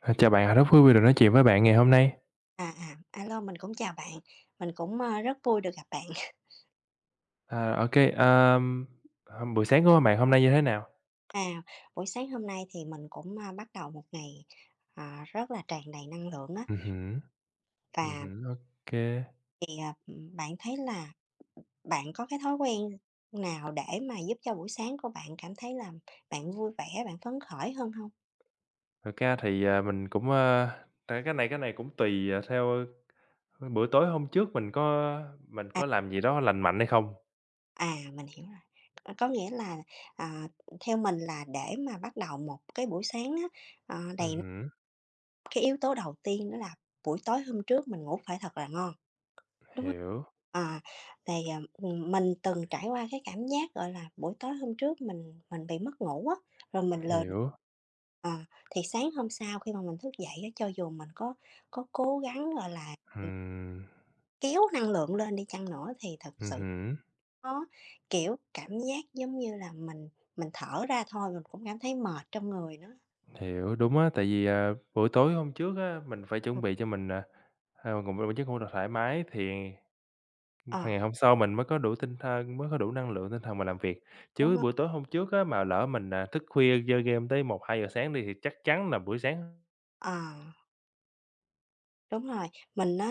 À, chào bạn, rất vui vì được nói chuyện với bạn ngày hôm nay. À, à, a Mình cũng chào bạn, mình cũng, rất vui được gặp bạn. À, ô kê, buổi sáng của bạn hôm nay như thế nào? À, Buổi sáng hôm nay thì mình cũng, bắt đầu một ngày, rất là tràn đầy năng lượng á. Hứm. Và Ừm. thì, bạn thấy là bạn có cái thói quen nào để mà giúp cho buổi sáng của bạn cảm thấy là bạn vui vẻ, bạn phấn khởi hơn không? Thật ra thì, à, mình cũng, ơ, thật ra cái này cũng tùy, à, theo, ơ, bữa tối hôm trước mình có mình À, có làm gì đó lành mạnh hay không. Mình hiểu rồi. Có nghĩa là, à, theo mình là để mà bắt đầu một cái buổi sáng á, ờ, đầy năng- Ừm, cái yếu tố đầu tiên đó là buổi tối hôm trước mình ngủ phải thật là ngon. Đúng không? hiểu, À, mình từng trải qua cái cảm giác, gọi là, buổi tối hôm trước mình bị mất ngủ á, rồi mình lờ đ hiểu. ờ, Thì sáng hôm sau khi mà mình thức dậy á, cho dù mình có cố gắng, gọi là, Ừm. kéo năng lượng lên đi chăng nữa thì thật sự Ừm, có, kiểu, cảm giác giống như là mình thở ra thôi mình cũng cảm thấy mệt trong người nữa. hiểu, đúng á, tại vì, à, buổi tối hôm trước á, mình phải Ừ. chuẩn bị cho mình, à, ờ, cũng chứ hông được thoải mái thì. Ờ, Ngày hôm sau mình mới có đủ tinh thần mới có đủ năng lượng tinh thần mà làm việc. đúng Chứ rồi, buổi tối hôm trước á, mà lỡ mình, à, thức khuya chơi game tới một hai giờ sáng đi thì chắc chắn là buổi sáng ờ, đúng rồi. Mình á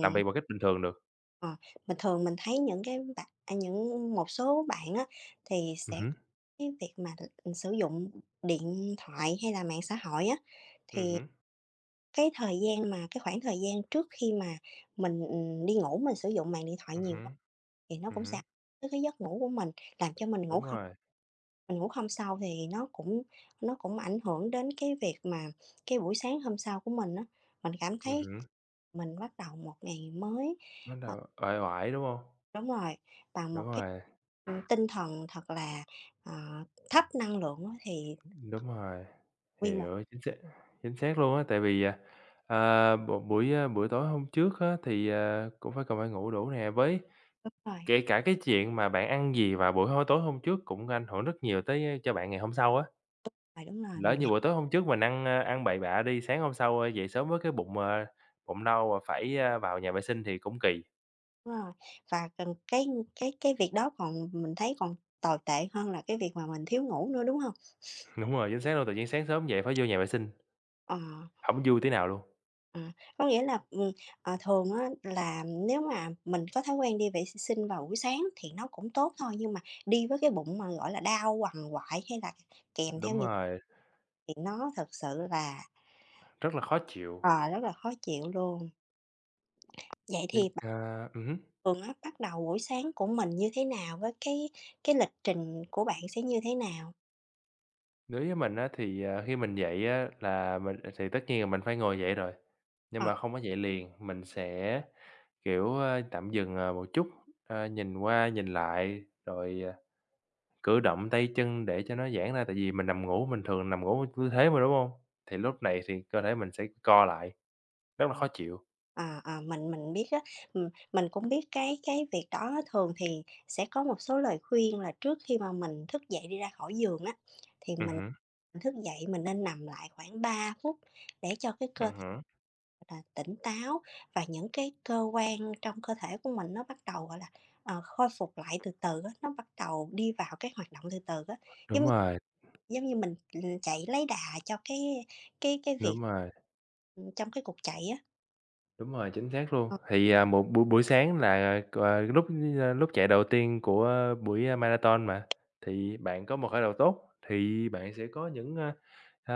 làm việc bằng cách bình thường được. Ờ, Bình thường mình thấy những cái bạn à, những một số bạn á, thì sẽ hứm. có cái việc mà, sử dụng điện thoại hay là mạng xã hội á, Ừm thì hứm. cái thời gian mà cái khoảng thời gian trước khi mà mình, đi ngủ mình sử dụng mạng điện thoại Ừm nhiều quá hứm. thì nó Ừm cũng sẽ hứm. ảnh hưởng tới cái giấc ngủ của mình, làm cho mình ngủ Đúng không rồi. mình ngủ không sâu thì nó cũng ảnh hưởng đến cái việc mà cái buổi sáng hôm sau của mình á. Mình cảm Ừm thấy hứm. mình bắt đầu một ngày mới. Bắt đầu uể oải, đúng không? Đúng rồi, bằng Đúng một cái, rồi. ừm, tinh thần thật là, ờ, thấp năng lượng á thì Đúng rồi. nguyên một, Hiểu, chính xác, chính xác luôn á, tại vì, à, buổi tối hôm trước á, thì, à, cũng phải cần phải ngủ đủ nè, với. đúng rồi, Kể cả cái chuyện mà bạn ăn gì vào buổi hôi tối hôm trước cũng ảnh hưởng rất nhiều tới, ơ, cho bạn ngày hôm sau á. à, đúng rồi, Lỡ mình như hiểu buổi tối hôm trước mình ăn bậy bạ đi, sáng hôm sau, ơ, dậy sớm với cái bụng đau và phải, vào nhà vệ sinh thì cũng kỳ. rồi. Và cần cái cái việc đó còn mình thấy còn tồi tệ hơn là cái việc mà mình thiếu ngủ nữa, đúng hông? Đúng rồi, chính xác luôn, tự nhiên sáng sớm dậy phải vô nhà vệ sinh, Ờ, không vui tí nào luôn. ờ, có nghĩa là, thường á là nếu mà mình có thói quen đi vệ s sinh vào buổi sáng thì nó cũng tốt thôi, nhưng mà đi với cái bụng mà, gọi là, đau quằn quại hay là kèm theo Đúng những, rồi, thì nó thực sự là, rất là khó chịu. ờ, rất là khó chịu luôn. Vậy thì Nên, thường á, bắt đầu buổi sáng của mình như thế nào? Với cái lịch trình của bạn sẽ như thế nào? đối với mình á thì, ờ, khi mình dậy á là mình thì tất nhiên là mình phải ngồi dậy rồi, nhưng Ờ, mà không có dậy liền, mình sẽ. Kiểu, ơ, tạm dừng, ờ, một chút, ờ, nhìn qua nhìn lại rồi, à, cử động tay chân để cho nó giãn ra, tại vì mình thường nằm ngủ tư thế mà, đúng không? Thì lúc này thì cơ thể mình sẽ co lại, rất là ờ. khó chịu. Ờ, ờ, mình biết á, mình cũng biết cái việc đó á. Thường thì sẽ có một số lời khuyên là trước khi mà mình thức dậy đi ra khỏi giường á, thì mình hứm. thức dậy mình nên nằm lại khoảng 3 phút để cho cái cơ Ừm thể hứm. là tỉnh táo và những cái cơ quan trong cơ thể của mình nó bắt đầu, gọi là, khôi phục lại từ từ á, nó bắt đầu đi vào cái hoạt động từ từ á. Đúng Giống rồi. Giống như mình, chạy lấy đà cho cái cái việc, Đúng rồi. Trong cái cuộc chạy á. Đúng rồi, chính xác luôn. Ờ. Thì, à, một buổi buổi sáng là, ờ, lúc chạy đầu tiên của buổi, marathon mà, thì bạn có một khởi đầu tốt thì bạn sẽ có những, a,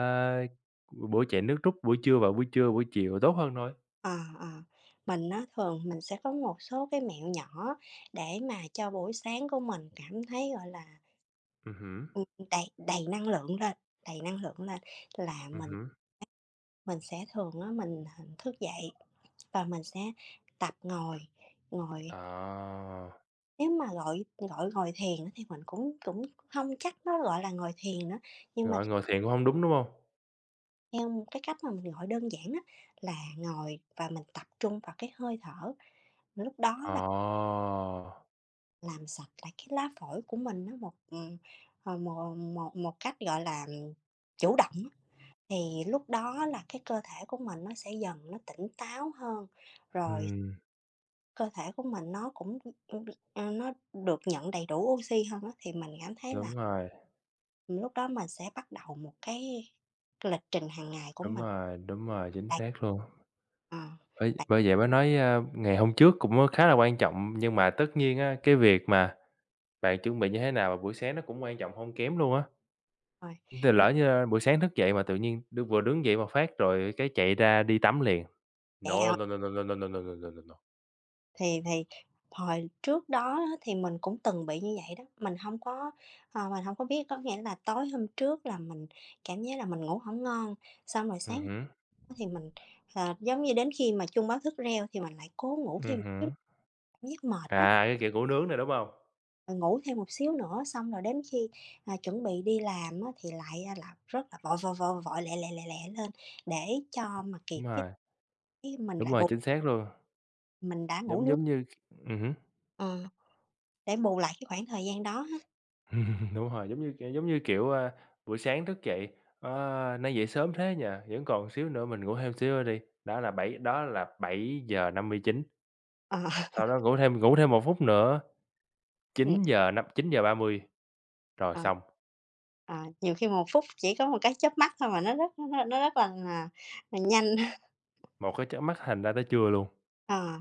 buổi chạy nước rút buổi trưa và buổi chiều tốt hơn thôi. Ờ, ờ, mình á, thường mình sẽ có một số cái mẹo nhỏ để mà cho buổi sáng của mình cảm thấy, gọi là, hứm. ừm, đầy đầy năng lượng lên, đầy năng lượng lên là Ừm mình hứm. mình sẽ thường á, mình, thức dậy và mình sẽ tập ngồi, ngồi. À, Nếu mà gọi gọi ngồi thiền á thì mình cũng cũng không chắc nó gọi là ngồi thiền nữa, nhưng mà rồi ngồi thiền cũng hông đúng, đúng hông? theo một cái cách mà mình gọi đơn giản á, là ngồi và mình tập trung vào cái hơi thở, lúc đó Ờ, là làm sạch lại cái lá phổi của mình á, một, một cách, gọi là, chủ động á. Thì lúc đó là cái cơ thể của mình nó sẽ dần nó tỉnh táo hơn, rồi ừm, cơ thể của mình nó cũng, ưm, nó được nhận đầy đủ oxy hơn á, thì mình cảm thấy là đúng rồi. lúc đó mình sẽ bắt đầu một cái lịch trình hàng ngày của Đúng mình. rồi. Đúng rồi, chính Đầy. xác luôn. Ờ. Bởi bởi vậy mới nói, ngày hôm trước cũng á khá là quan trọng, nhưng mà tất nhiên á, cái việc mà bạn chuẩn bị như thế nào vào buổi sáng nó cũng quan trọng hông kém luôn á. Rồi, Thì mà lỡ như, buổi sáng thức dậy mà tự nhiên vừa đứng dậy một phát rồi cái chạy ra đi tắm liền. chạy No, ào no, no, no, no, no, no, no, no, no, no, no. Thì hồi trước đó á thì mình cũng từng bị như vậy đó, mình không có, mình không có biết, có nghĩa là tối hôm trước là mình cảm giác là mình ngủ không ngon, xong rồi sáng hôm hứm. đó thì mình, giống như đến khi mà chuông báo thức reo thì mình lại cố ngủ Ừm thêm một xíu, hứm. cảm giác mệt á, À, cái kiểu củ nướng nè, đúng hông? rồi ngủ thêm một xíu nữa, xong rồi đến khi, chuẩn bị đi làm á thì lại, là rất là vội, vội, vội, vội, lẹ, lẹ, lẹ, lẹ lên để cho mà kịp Đúng rồi, cái mình đúng lại rồi, bù, chính xác luôn. mình đã ngủ Giống nướng, giống như. Ừm hứm. ờ, để bù lại cái khoảng thời gian đó. Đúng rồi, giống như, kiểu, buổi sáng thức dậy, "Ơ, nay dậy sớm thế nhỉ, vẫn còn xíu nữa mình ngủ thêm xíu nữa đi." Đó là 7:59, Ờ, sau đó ngủ thêm một phút nữa, ừm, 9:30 rồi ờ. xong, À, nhiều khi một phút chỉ có một cái chớp mắt thôi mà nó rất là là nhanh. một cái chớp mắt thành ra tới trưa luôn. Ờ,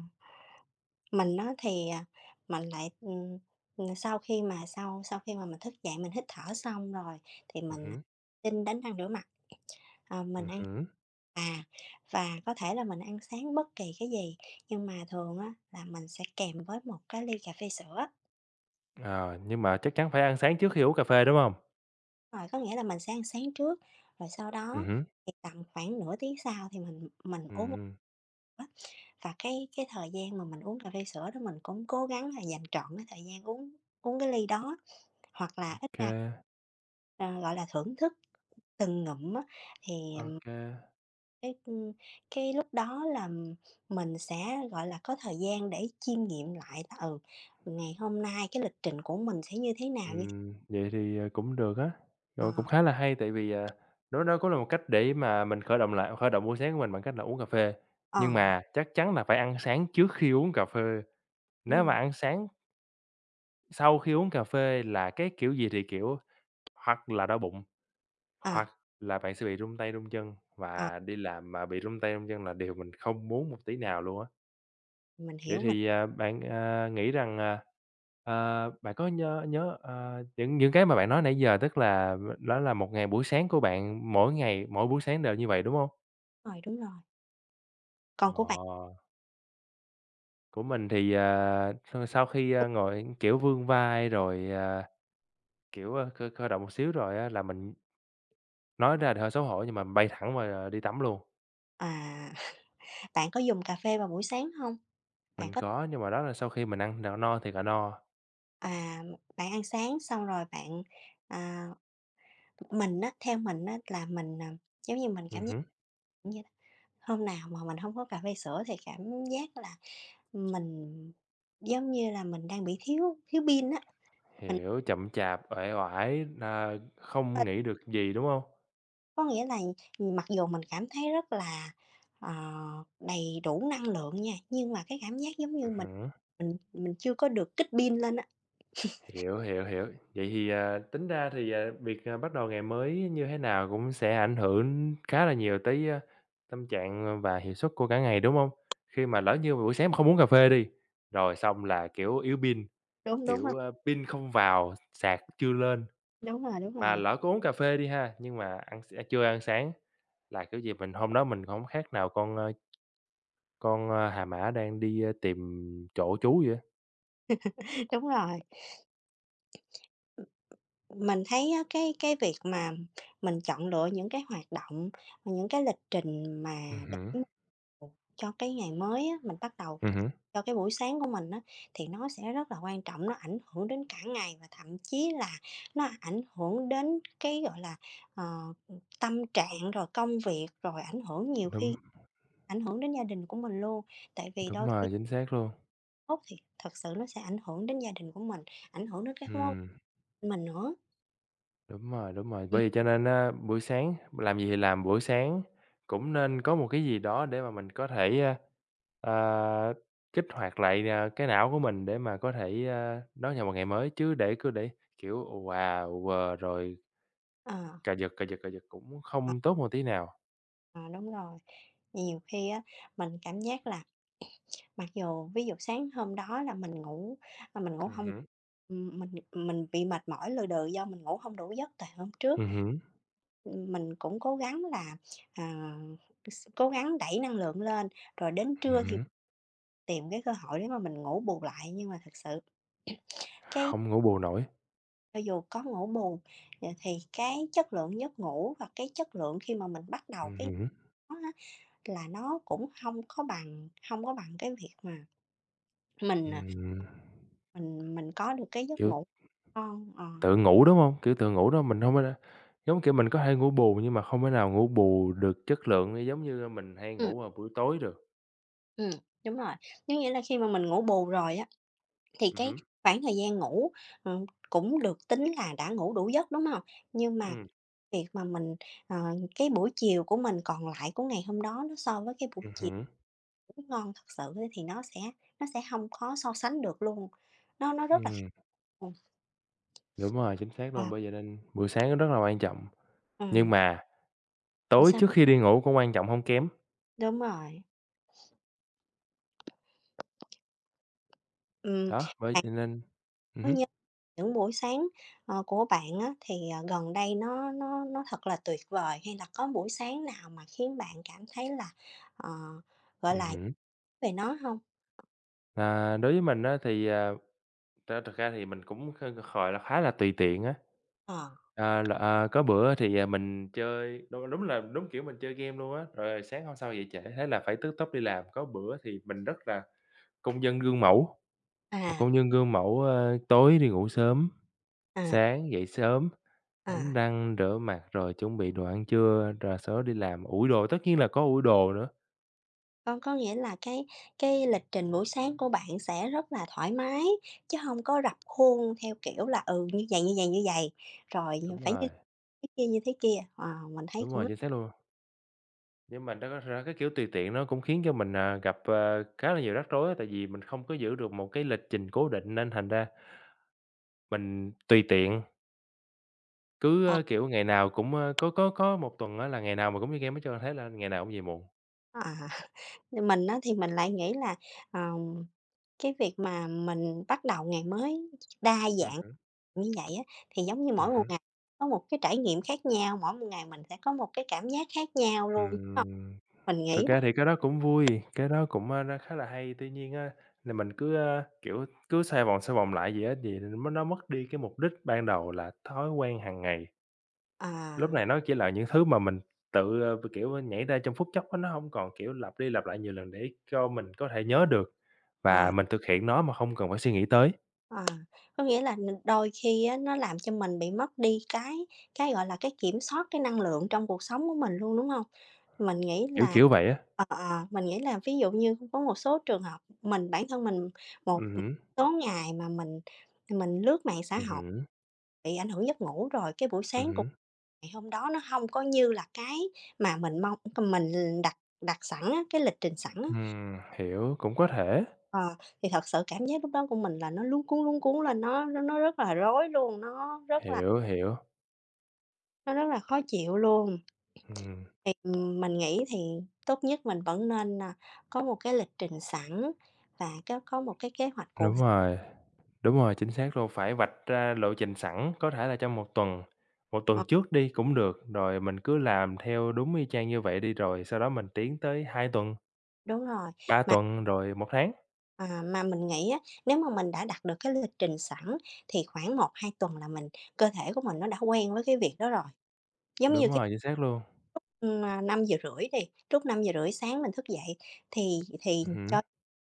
mình á thì, mình lại, sau khi mà mình thức dậy mình hít thở xong rồi thì mình, hứm. xin đánh răng rửa mặt, mình Ừm ăn, hứm. à, và có thể là mình ăn sáng bất kỳ cái gì, nhưng mà thường á là mình sẽ kèm với một cái ly cà phê sữa. Ờ, nhưng mà chắc chắn phải ăn sáng trước khi uống cà phê, đúng không? Rồi, có nghĩa là mình sẽ ăn sáng trước, rồi sau đó hứm. thì tầm khoảng nửa tiếng sau thì mình uống Ừm. á, và cái thời gian mà mình uống cà phê sữa đó mình cũng cố gắng là dành trọn cái thời gian uống uống cái ly đó, hoặc Ô là ít kê. ra, ờ, gọi là, thưởng thức từng ngụm á, thì cái, cái lúc đó là mình sẽ, gọi là, có thời gian để chiêm nghiệm lại là, ừ, ngày hôm nay cái lịch trình của mình sẽ như thế nào, như thế. Vậy thì, ờ, cũng được á, ờ, rồi cũng khá là hay tại vì, à, đó đó cũng là một cách để mà mình khởi động buổi sáng của mình bằng cách là uống cà phê. ờ, Nhưng mà chắc chắn là phải ăn sáng trước khi uống cà phê, đúng nếu mà rồi, ăn sáng sau khi uống cà phê là cái kiểu gì thì kiểu, hoặc là đau bụng, à, hoặc là bạn sẽ bị run tay run chân, à, và đi làm mà bị run tay run chân là điều mình không muốn một tí nào luôn á. mình Vậy hiểu, mình thì, à, bạn, à, nghĩ rằng, à, ờ, bạn có nhớ nhớ, ờ, những cái mà bạn nói nãy giờ tức là đó là một ngày buổi sáng của bạn, mỗi ngày, mỗi buổi sáng đều như vậy, đúng không? rồi, đúng rồi. Còn của bạn, Ờ, của mình thì, à, sau sau khi, ngồi, kiểu, vươn vai rồi, à, kiểu, ơ, cơ cơ động một xíu rồi á là mình nói ra thì hơi xấu hổ nhưng mà mình bay thẳng vào đi tắm luôn. à, Bạn có dùng cà phê vào buổi sáng hông? Bạn Mình có. có, nhưng mà đó là sau khi mình ăn no thì cả no. À, Bạn ăn sáng xong rồi bạn, à mình á, theo mình á là mình, giống như, mình cảm giác Hứm, như là hôm nào mà mình không có cà phê sữa thì cảm giác là mình, giống như là, mình đang bị thiếu thiếu pin á, mình hiểu, chậm chạp, uể oải, à, hên không nghĩ được gì, đúng không? có nghĩa là mặc dù mình cảm thấy rất là, ờ, đầy đủ năng lượng nha, nhưng mà cái cảm giác giống như mình Hứm. mình mình chưa có được kích pin lên á. Hiểu, hiểu, hiểu. Vậy thì, à, tính ra thì, à, việc, à, bắt đầu ngày mới như thế nào cũng sẽ ảnh hưởng khá là nhiều tới, tâm trạng và hiệu suất của cả ngày, đúng không? Khi mà lỡ như buổi sáng mà không uống cà phê đi, rồi xong là, kiểu, yếu pin, Đúng, đúng hông? kiểu, pin không vào, sạc chưa lên, Đúng mà rồi, lỡ có uống cà phê đi ha, nhưng mà chưa ăn sáng là, kiểu gì, mình hôm đó mình không khác nào con, hà mã đang đi, tìm chỗ trú vậy á. đúng rồi. Mình thấy á, cái việc mà mình chọn lựa những cái hoạt động, những cái lịch trình mà để hứm. mà cho cái ngày mới á, mình bắt đầu Ừm, cho cái buổi sáng của mình á, thì nó sẽ rất là quan trọng, nó ảnh hưởng đến cả ngày và thậm chí là nó ảnh hưởng đến cái, gọi là, ờ, tâm trạng, rồi công việc, rồi ảnh hưởng nhiều đúng, khi ảnh hưởng đến gia đình của mình luôn. Tại vì đúng đôi khi rồi, chính xác luôn. tốt thì thật sự nó sẽ ảnh hưởng đến gia đình của mình, ảnh hưởng đến các mối quan hệ Ừm. của mình nữa. Đúng rồi, đúng rồi. Ừm, Bởi vì cho nên á, buổi sáng làm gì thì làm, buổi sáng cũng nên có một cái gì đó để mà mình có thể, ờ, kích hoạt lại, à, cái não của mình để mà có thể, đón nhận một ngày mới, chứ để cứ để, kiểu, ù à, ờ, rồi ờ. cà giật, cà giật, cà giật cũng không tốt một tí nào. Đúng rồi. Nhiều khi á, mình cảm giác là mặc dù ví dụ sáng hôm đó là mình ngủ, mà mình ngủ hông, hứm. Mình bị mệt mỏi lừ đừ do mình ngủ hông đủ giấc từ hôm trước. Ừm hứm. Mình cũng cố gắng là, à, s cố gắng đẩy năng lượng lên, rồi đến Ừm trưa thì hứm. tìm cái cơ hội để mà mình ngủ bù lại. Nhưng mà thực sự cái Hông ngủ bù nổi. cho dù có ngủ bù, thì cái chất lượng giấc ngủ và cái chất lượng khi mà mình bắt đầu cái hứm. á là nó cũng không có bằng cái việc mà mình, Ừm, mình có được cái giấc kiểu. ngủ ngon, ờ. Tự ngủ, đúng hông? Kiểu, tự ngủ đó mình hông thể giống kiểu, mình có thể ngủ bù nhưng mà không thể nào ngủ bù được chất lượng giống như mình hay Ừm, ngủ vào buổi tối được. ừm, đúng rồi. Giống nghĩa là khi mà mình ngủ bù rồi á, thì cái hứm. khoảng thời gian ngủ, cũng được tính là đã ngủ đủ giấc, đúng không? Nhưng mà Ừm. việc mà mình, ờ, cái buổi chiều của mình còn lại của ngày hôm đó nó so với cái buổi Ừm chiều hứm. ngủ ngon thật sự á, thì nó sẽ không có so sánh được luôn, nó rất là khác. Ừm. Ừm. Đúng rồi, chính xác luôn, Ờ, bởi vậy nên buổi sáng rất là quan trọng, nhưng ừm, mà tối trước sao khi đi ngủ cũng quan trọng hông kém. đúng rồi. Ừm, Đó, bởi bạn vậy nên. Ừm có hứm. nhớ những buổi sáng, của bạn á, thì, gần đây nó thật là tuyệt vời, hay là có buổi sáng nào mà khiến bạn cảm thấy là, ờ, gọi Ừm là, nhớ hứm. về nó không? À, đối với mình á thì, à, thật thật ra thì mình cũng gọi là khá là tùy tiện á. Ờ, À, là, à, có bữa thì, à, mình chơi đúng đúng là đúng kiểu mình chơi game luôn á, rồi sáng hôm sau dậy trễ, thế là phải tức tốc đi làm. Có bữa thì mình rất là công dân gương mẫu, một à, công dân gương mẫu, ơ, tối đi ngủ sớm, à, sáng dậy sớm, đánh à, răng, rửa mặt rồi chuẩn bị đồ ăn trưa, rồi sau đó đi làm, ủi đồ, tất nhiên là có ủi đồ nữa. có có nghĩa là cái lịch trình buổi sáng của bạn sẽ rất là thoải mái, chứ không có rập khuôn theo kiểu là, ừ, như vậy như vậy như vậy rồi Đúng phải như rồi, thế kia, như thế kia, mình thấy đúng cũng rồi, rất chính xác luôn. Nhưng mà đó ra cái kiểu tùy tiện nó cũng khiến cho mình, à, gặp, ờ, khá là nhiều rắc rối á, tại vì mình không có giữ được một cái lịch trình cố định nên thành ra mình tùy tiện. Cứ, ờ. ơ, kiểu, ngày nào cũng, ơ có một tuần á là ngày nào mà cũng chơi game hết trơn, thế là ngày nào cũng về muộn. À, như mình á thì mình lại nghĩ là, ờm, cái việc mà mình bắt đầu ngày mới đa dạng hứm. như vậy á, thì giống như Ừm mỗi một hứm. ngày có một cái trải nghiệm khác nhau, mỗi một ngày mình sẽ có một cái cảm giác khác nhau luôn, đúng hông? Ừm, Mình thực nghĩ đó. ra thì cái đó cũng vui, cái đó cũng, nó khá là hay. Tuy nhiên á là mình cứ, kiểu, cứ xoay vòng lại vậy á thì nó mất đi cái mục đích ban đầu là thói quen hàng ngày. Lúc À, này nó chỉ là những thứ mà mình tự, ờ, kiểu, nhảy ra trong phút chốc á, nó hông còn, kiểu, lặp đi lặp lại nhiều lần để cho mình có thể nhớ được và ờ. mình thực hiện nó mà không cần phải suy nghĩ tới, À, có nghĩa là n đôi khi á, nó làm cho mình bị mất đi cái, gọi là, cái kiểm soát cái năng lượng trong cuộc sống của mình luôn, đúng không? Mình nghĩ là kiểu vậy á. ờ, ờ, mình nghĩ là ví dụ như có một số trường hợp mình bản thân mình một hứm. số ngày mà mình lướt mạng xã Ừm hội hứm. bị ảnh hưởng giấc ngủ rồi, cái buổi Ừm sáng của hứm. ngày hôm đó nó không có như là cái mà mình mong mình đặt đặt sẵn á, cái lịch trình sẵn á. Hiểu, cũng có thể, Ờ, thì thật sự cảm giác lúc đó của mình là nó luống cuống lên, nó rất là rối luôn, nó rất là hiểu, hiểu, nó rất là khó chịu luôn. ừm, Thì, mình nghĩ thì tốt nhất mình vẫn nên, có một cái lịch trình sẵn và có một cái kế hoạch cụ đúng thể, rồi, đúng rồi, chính xác luôn, phải vạch ra lộ trình sẵn, có thể là trong một ờ, tuần trước đi cũng được, rồi mình cứ làm theo đúng y chang như vậy đi, rồi sau đó mình tiến tới 2 tuần, đúng rồi, 3 mà, tuần, rồi một tháng. à, mà mình nghĩ á, nếu mà mình đã đặt được cái lịch trình sẵn thì khoảng 1-2 tuần là mình cơ thể của mình nó đã quen với cái việc đó rồi, giống như. Đúng rồi, chính xác luôn. Năm giờ rưỡi đi, lúc 5h30 sáng mình thức dậy thì Ừm hứm. cho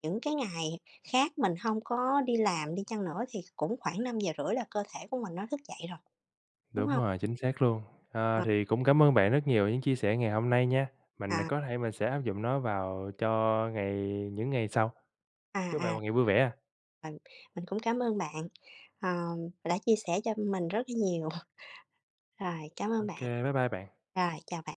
những cái ngày khác mình hông có đi làm đi chăng nữa thì cũng khoảng 5h30 là cơ thể của mình nó thức dậy rồi, đúng Đúng hông? rồi, chính xác luôn. Ờ, Ờ, thì cũng cảm ơn bạn rất nhiều những chia sẻ ngày hôm nay nha, mình à, có thể mình sẽ áp dụng nó vào cho ngày những ngày sau. Chúc à, bạn à, một ngày vui vẻ. ừ, mình cũng cảm ơn bạn, ờ, đã chia sẻ cho mình rất là nhiều. Rồi, cảm Ô ơn bạn. kê, bye bye bạn. Rồi, chào bạn.